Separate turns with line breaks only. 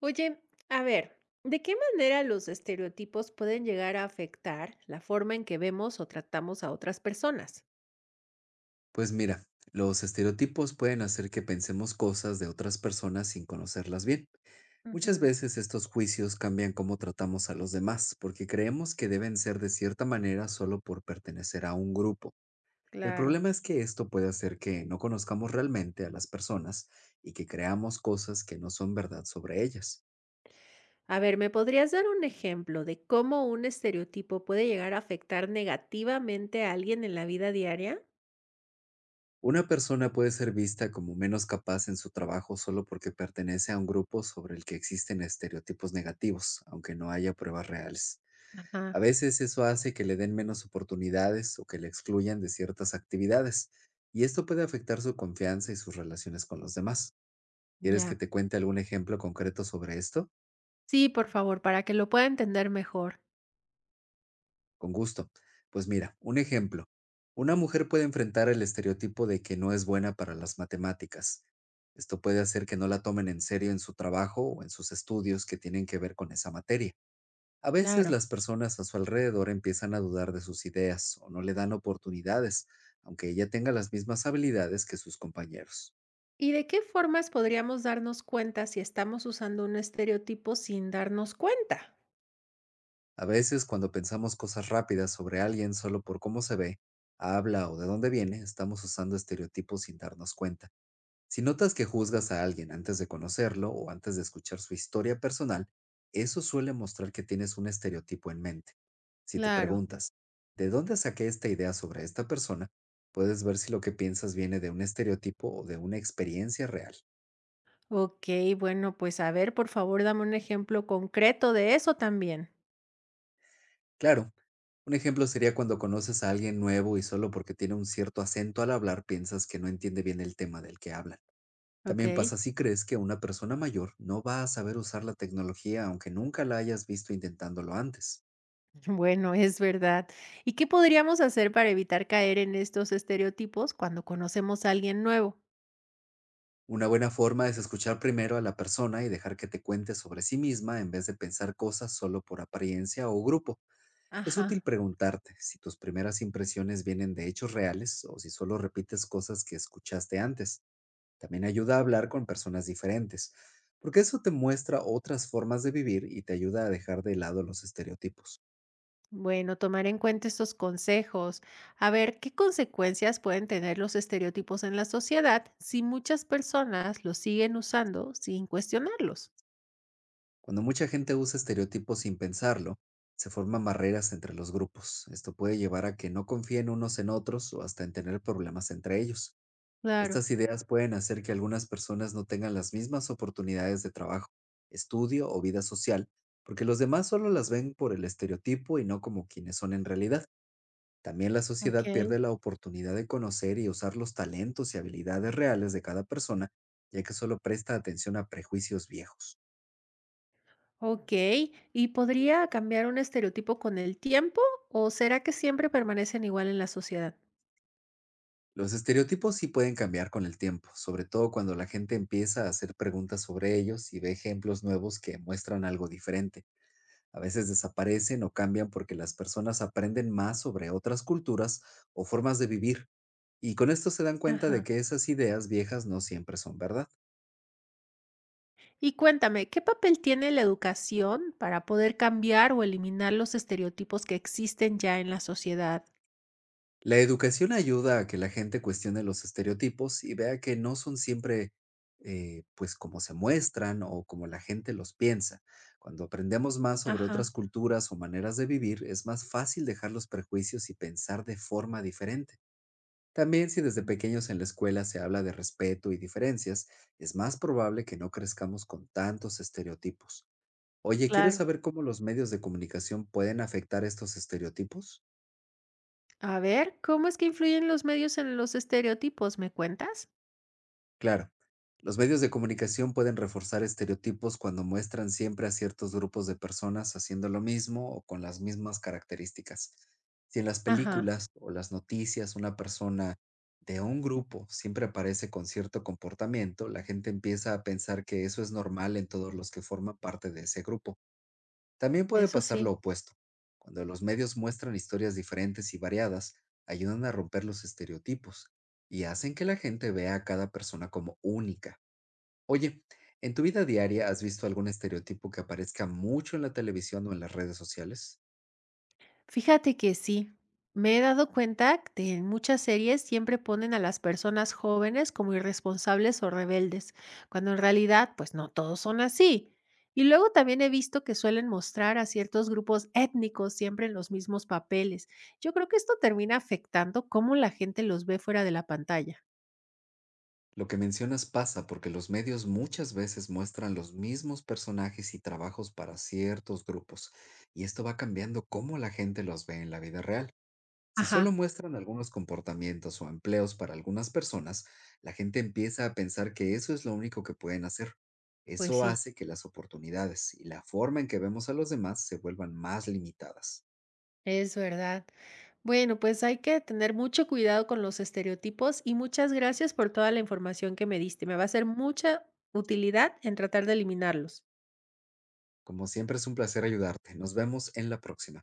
Oye, a ver, ¿de qué manera los estereotipos pueden llegar a afectar la forma en que vemos o tratamos a otras personas?
Pues mira, los estereotipos pueden hacer que pensemos cosas de otras personas sin conocerlas bien. Muchas
Ujú,
veces estos juicios cambian cómo tratamos a los demás, porque creemos que deben ser de cierta manera solo por pertenecer a un grupo. El
claro.
problema es que esto puede hacer que no conozcamos realmente a las personas y que creamos cosas que no son verdad sobre ellas.
A ver, ¿me podrías dar un ejemplo de cómo un estereotipo puede llegar a afectar negativamente a alguien en la vida diaria?
Una persona puede ser vista como menos capaz en su trabajo solo porque pertenece a un grupo sobre el que existen estereotipos negativos, aunque no haya pruebas reales. A
Ajá,
veces eso hace que le den menos oportunidades o que le excluyan de ciertas actividades, y esto puede afectar su confianza y sus relaciones con los demás. ¿Quieres
ya.
que te cuente algún ejemplo concreto sobre esto?
Sí, por favor, para que lo pueda entender mejor.
Con gusto. Pues mira, un ejemplo. Una mujer puede enfrentar el estereotipo de que no es buena para las matemáticas. Esto puede hacer que no la tomen en serio en su trabajo o en sus estudios que tienen que ver con esa materia. A veces
Claro.
las personas a su alrededor empiezan a dudar de sus ideas o no le dan oportunidades, aunque ella tenga las mismas habilidades que sus compañeros.
¿Y de qué formas podríamos darnos cuenta si estamos usando un estereotipo sin darnos cuenta?
A veces cuando pensamos cosas rápidas sobre alguien solo por cómo se ve, habla o de dónde viene, estamos usando estereotipos sin darnos cuenta. Si notas que juzgas a alguien antes de conocerlo o antes de escuchar su historia personal, eso suele mostrar que tienes un estereotipo en mente. Si te
Claro.
preguntas, ¿de dónde saqué esta idea sobre esta persona? Puedes ver si lo que piensas viene de un estereotipo o de una experiencia real.
Ok, bueno, pues a ver, por favor, dame un ejemplo concreto de eso también.
Claro, un ejemplo sería cuando conoces a alguien nuevo y solo porque tiene un cierto acento al hablar piensas que no entiende bien el tema del que hablan.
Ok,
También pasa si crees que una persona mayor no va a saber usar la tecnología aunque nunca la hayas visto intentándolo antes.
bueno, es verdad. ¿Y qué podríamos hacer para evitar caer en estos estereotipos cuando conocemos a alguien nuevo?
Una buena forma es escuchar primero a la persona y dejar que te cuente sobre sí misma en vez de pensar cosas solo por apariencia o grupo. Es útil
Ajá.
preguntarte si tus primeras impresiones vienen de hechos reales o si solo repites cosas que escuchaste antes. También ayuda a hablar con personas diferentes, porque eso te muestra otras formas de vivir y te ayuda a dejar de lado los estereotipos.
Bueno, tomar en cuenta estos consejos. A ver, ¿qué consecuencias pueden tener los estereotipos en la sociedad si muchas personas los siguen usando sin cuestionarlos?
Cuando mucha gente usa estereotipos sin pensarlo, se forman barreras entre los grupos. Esto puede llevar a que no confíen unos en otros o hasta en tener problemas entre ellos.
Claro,
Estas ideas pueden hacer que algunas personas no tengan las mismas oportunidades de trabajo, estudio o vida social, porque los demás solo las ven por el estereotipo y no como quienes son en realidad. También la sociedad
ok.
pierde la oportunidad de conocer y usar los talentos y habilidades reales de cada persona, ya que solo presta atención a prejuicios viejos.
Ok, ¿y podría cambiar un estereotipo con el tiempo o será que siempre permanecen igual en la sociedad?
Los estereotipos sí pueden cambiar con el tiempo, sobre todo cuando la gente empieza a hacer preguntas sobre ellos y ve ejemplos nuevos que muestran algo diferente. A veces desaparecen o cambian porque las personas aprenden más sobre otras culturas o formas de vivir, y con esto se dan cuenta
Ajá.
de que esas ideas viejas no siempre son verdad.
Y cuéntame, ¿qué papel tiene la educación para poder cambiar o eliminar los estereotipos que existen ya en la sociedad?
La educación ayuda a que la gente cuestione los estereotipos y vea que no son siempre pues como se muestran o como la gente los piensa. Cuando aprendemos más sobre otras
Ajá,
culturas o maneras de vivir, es más fácil dejar los prejuicios y pensar de forma diferente. También si desde pequeños en la escuela se habla de respeto y diferencias, es más probable que no crezcamos con tantos estereotipos. Oye, ¿quieres
claro.
saber cómo los medios de comunicación pueden afectar estos estereotipos?
A ver, ¿cómo es que influyen los medios en los estereotipos? ¿Me cuentas?
Claro, los medios de comunicación pueden reforzar estereotipos cuando muestran siempre a ciertos grupos de personas haciendo lo mismo o con las mismas características. Si en las
Ajá,
películas o las noticias una persona de un grupo siempre aparece con cierto comportamiento, la gente empieza a pensar que eso es normal en todos los que forman parte de ese grupo. También puede
eso
pasar lo
sí.
opuesto. Cuando los medios muestran historias diferentes y variadas, ayudan a romper los estereotipos y hacen que la gente vea a cada persona como única. Oye, ¿en tu vida diaria has visto algún estereotipo que aparezca mucho en la televisión o en las redes sociales?
Fíjate que sí. Me he dado cuenta que en muchas series siempre ponen a las personas jóvenes como irresponsables o rebeldes, cuando en realidad pues no todos son así. Y luego también he visto que suelen mostrar a ciertos grupos étnicos siempre en los mismos papeles. Yo creo que esto termina afectando cómo la gente los ve fuera de la pantalla.
Lo que mencionas pasa porque los medios muchas veces muestran los mismos personajes y trabajos para ciertos grupos, y esto va cambiando cómo la gente los ve en la vida real. Si solo
Ajá,
muestran algunos comportamientos o empleos para algunas personas, la gente empieza a pensar que eso es lo único que pueden hacer.
pues
Eso
sí.
hace que las oportunidades y la forma en que vemos a los demás se vuelvan más limitadas.
Es verdad. Bueno, pues hay que tener mucho cuidado con los estereotipos y muchas gracias por toda la información que me diste. Me va a ser mucha utilidad en tratar de eliminarlos.
Como siempre es un placer ayudarte. Nos vemos en la próxima.